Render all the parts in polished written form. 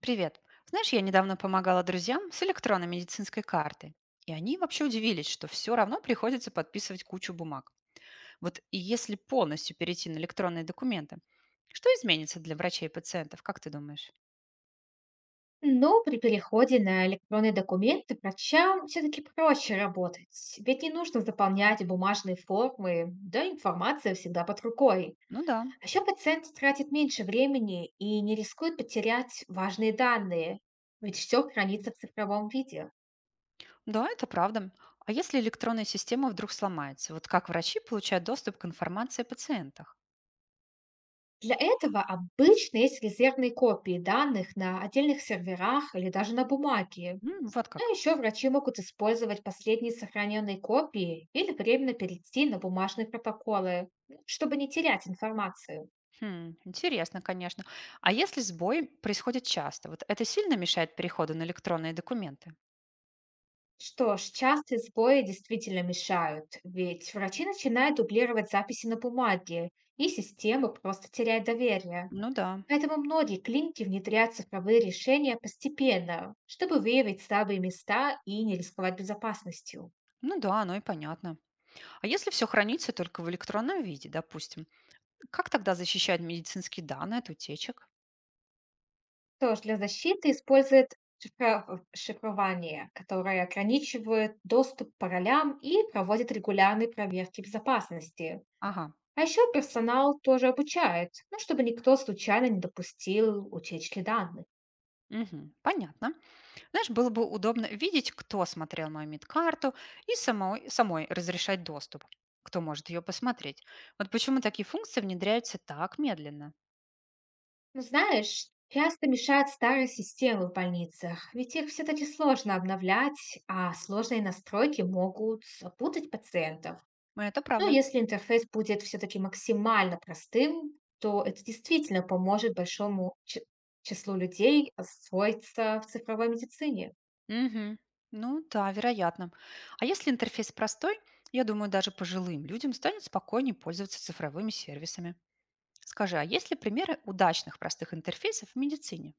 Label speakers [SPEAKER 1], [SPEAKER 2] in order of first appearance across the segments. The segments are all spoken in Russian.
[SPEAKER 1] Привет. Знаешь, я недавно помогала друзьям с электронной медицинской картой. И они вообще удивились, что все равно приходится подписывать кучу бумаг. Вот и если полностью перейти на электронные документы, что изменится для врачей и пациентов, как ты думаешь?
[SPEAKER 2] Но при переходе на электронные документы врачам все-таки проще работать, ведь не нужно заполнять бумажные формы, да информация всегда под рукой.
[SPEAKER 1] Ну да,
[SPEAKER 2] А еще пациент тратит меньше времени и не рискует потерять важные данные, ведь все хранится в цифровом виде.
[SPEAKER 1] да, это правда. А если электронная система вдруг сломается, вот как врачи получают доступ к информации о пациентах?
[SPEAKER 2] Для этого обычно есть резервные копии данных на отдельных серверах или даже на бумаге.
[SPEAKER 1] М, вот
[SPEAKER 2] Но
[SPEAKER 1] как.
[SPEAKER 2] еще врачи могут использовать последние сохраненные копии или временно перейти на бумажные протоколы, ну, чтобы не терять информацию.
[SPEAKER 1] Хм, интересно, конечно. А если сбой происходит часто, вот это сильно мешает переходу на электронные документы?
[SPEAKER 2] Что ж, частые сбои действительно мешают, ведь врачи начинают дублировать записи на бумаге, и система просто теряет доверие.
[SPEAKER 1] Ну да,
[SPEAKER 2] Поэтому многие клиники внедряют цифровые решения постепенно, чтобы выявить слабые места и не рисковать безопасностью.
[SPEAKER 1] ну да, оно и понятно. А если все хранится только в электронном виде, допустим, как тогда защищать медицинские данные от утечек?
[SPEAKER 2] Тоже для защиты использует шифрование, которое ограничивает доступ по ролям и проводит регулярные проверки безопасности.
[SPEAKER 1] Ага,
[SPEAKER 2] А еще персонал тоже обучает, ну, чтобы никто случайно не допустил утечки данных.
[SPEAKER 1] мгм, понятно. Знаешь, было бы удобно видеть, кто смотрел мою медкарту и самой разрешать доступ, кто может ее посмотреть. Вот почему такие функции внедряются так медленно.
[SPEAKER 2] Но знаешь, часто мешают старые системы в больницах, ведь их все-таки сложно обновлять, а сложные настройки могут запутать пациентов.
[SPEAKER 1] Ну, это
[SPEAKER 2] Ну,
[SPEAKER 1] правда.
[SPEAKER 2] если интерфейс будет все-таки максимально простым, то это действительно поможет большому числу людей освоиться в цифровой медицине.
[SPEAKER 1] Мгм. Ну да, вероятно. А если интерфейс простой, я думаю, даже пожилым людям станет спокойнее пользоваться цифровыми сервисами. Скажи, а есть ли примеры удачных простых интерфейсов в медицине?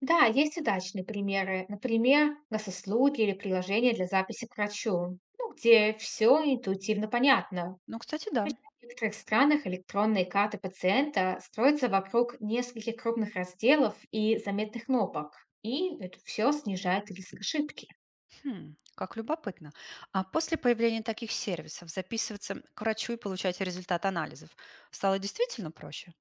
[SPEAKER 2] Да, есть удачные примеры. Например, госуслуги или приложения для записи к врачу, ну, где все интуитивно понятно.
[SPEAKER 1] Ну, кстати, да.
[SPEAKER 2] В некоторых странах электронные карты пациента строятся вокруг нескольких крупных разделов и заметных кнопок, и это все снижает риск ошибки.
[SPEAKER 1] Хм, как любопытно. А после появления таких сервисов записываться к врачу и получать результат анализов стало действительно проще?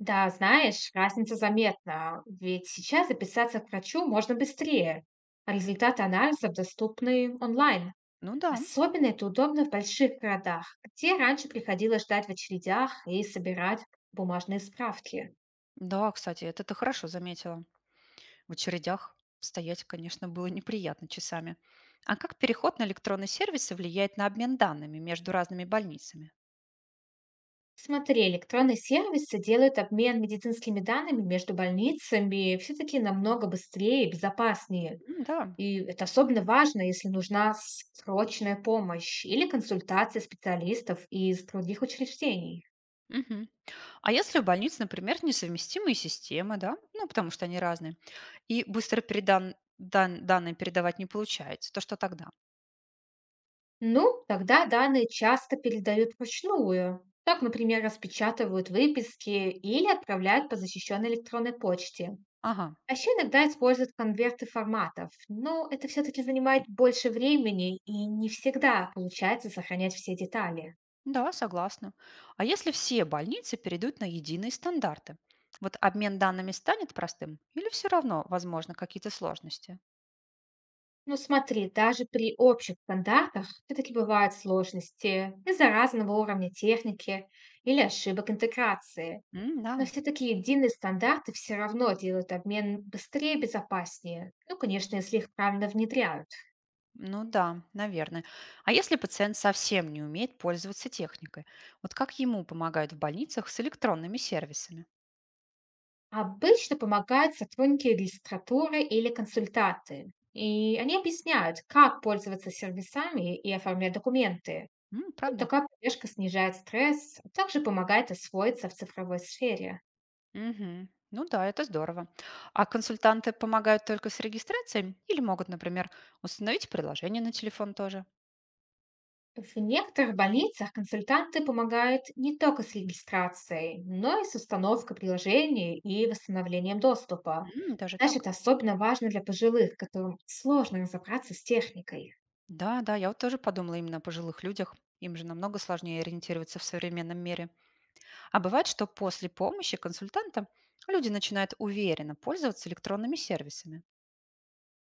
[SPEAKER 2] Да, знаешь, разница заметна, ведь сейчас записаться к врачу можно быстрее, а результаты анализов доступны онлайн.
[SPEAKER 1] Ну да.
[SPEAKER 2] Особенно это удобно в больших городах, где раньше приходилось ждать в очередях и собирать бумажные справки.
[SPEAKER 1] Да, кстати, это ты хорошо заметила. В очередях стоять, конечно, было неприятно часами. А как переход на электронные сервисы влияет на обмен данными между разными больницами?
[SPEAKER 2] Смотри, электронные сервисы делают обмен медицинскими данными между больницами все-таки намного быстрее и безопаснее.
[SPEAKER 1] М, да.
[SPEAKER 2] И это особенно важно, если нужна срочная помощь или консультация специалистов из других учреждений.
[SPEAKER 1] Мгм. А если у больниц, например, несовместимые системы, да, ну, потому что они разные, и данные передавать не получается, то что тогда?
[SPEAKER 2] Ну, тогда данные часто передают вручную. Так, например, распечатывают выписки или отправляют по защищенной электронной почте.
[SPEAKER 1] Ага,
[SPEAKER 2] А еще иногда используют конверты форматов. Но это все-таки занимает больше времени и не всегда получается сохранять все детали.
[SPEAKER 1] да, согласна. А если все больницы перейдут на единые стандарты? Вот обмен данными станет простым или все равно, возможно, какие-то сложности?
[SPEAKER 2] Но смотри, даже при общих стандартах все-таки бывают сложности из-за разного уровня техники или ошибок интеграции.
[SPEAKER 1] М,
[SPEAKER 2] Но
[SPEAKER 1] да,
[SPEAKER 2] все-таки единые стандарты все равно делают обмен быстрее и безопаснее. Ну, конечно, если их правильно внедряют.
[SPEAKER 1] ну да, наверное. А если пациент совсем не умеет пользоваться техникой? Вот как ему помогают в больницах с электронными сервисами?
[SPEAKER 2] Обычно помогают сотрудники регистратуры или консультанты. И они объясняют, как пользоваться сервисами и оформлять документы.
[SPEAKER 1] М,
[SPEAKER 2] Ну,
[SPEAKER 1] правда?
[SPEAKER 2] такая поддержка снижает стресс, а также помогает освоиться в цифровой сфере.
[SPEAKER 1] Мгм. Ну да, это здорово. А консультанты помогают только с регистрацией или могут, например, установить приложение на телефон тоже?
[SPEAKER 2] В некоторых больницах консультанты помогают не только с регистрацией, но и с установкой приложений и восстановлением доступа.
[SPEAKER 1] М, даже
[SPEAKER 2] Знаешь,
[SPEAKER 1] так?
[SPEAKER 2] это особенно важно для пожилых, которым сложно разобраться с техникой.
[SPEAKER 1] Да, да, я вот тоже подумала именно о пожилых людях. Им же намного сложнее ориентироваться в современном мире. А бывает, что после помощи консультанта люди начинают уверенно пользоваться электронными сервисами.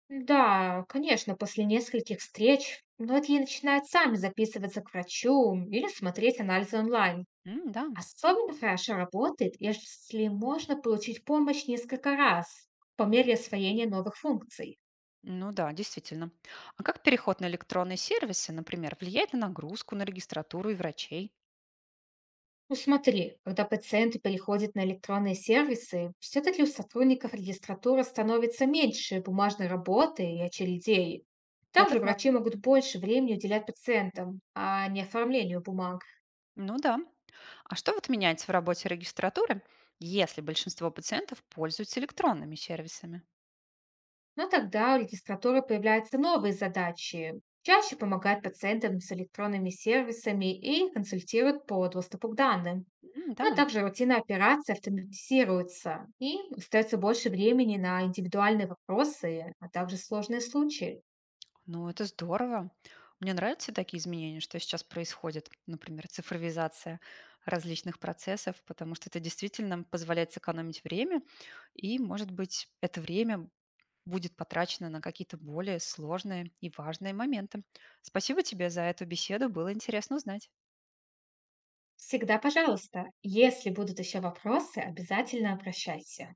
[SPEAKER 2] Да, конечно, после нескольких встреч многие начинают сами записываться к врачу или смотреть анализы онлайн.
[SPEAKER 1] М, да,
[SPEAKER 2] Особенно хорошо работает, если можно получить помощь несколько раз по мере освоения новых функций.
[SPEAKER 1] ну да, действительно. А как переход на электронные сервисы, например, влияет на нагрузку, на регистратуру и врачей?
[SPEAKER 2] Ну смотри, когда пациенты переходят на электронные сервисы, все-таки у сотрудников регистратуры становится меньше бумажной работы и очередей.
[SPEAKER 1] Это
[SPEAKER 2] Также
[SPEAKER 1] так.
[SPEAKER 2] врачи могут больше времени уделять пациентам, а не оформлению бумаг.
[SPEAKER 1] Ну да. А что вот меняется в работе регистратуры, если большинство пациентов пользуются электронными сервисами?
[SPEAKER 2] Но тогда у регистратуры появляются новые задачи. Чаще помогают пациентам с электронными сервисами и консультируют по доступу к данным.
[SPEAKER 1] М, да,
[SPEAKER 2] Но также рутина операций автоматизируется, и остается больше времени на индивидуальные вопросы, а также сложные случаи.
[SPEAKER 1] ну это здорово. Мне нравятся такие изменения, что сейчас происходит, например, цифровизация различных процессов, потому что это действительно позволяет сэкономить время, и, может быть, это время будет потрачено на какие-то более сложные и важные моменты. Спасибо тебе за эту беседу, было интересно узнать.
[SPEAKER 2] Всегда пожалуйста. Если будут еще вопросы, обязательно обращайся.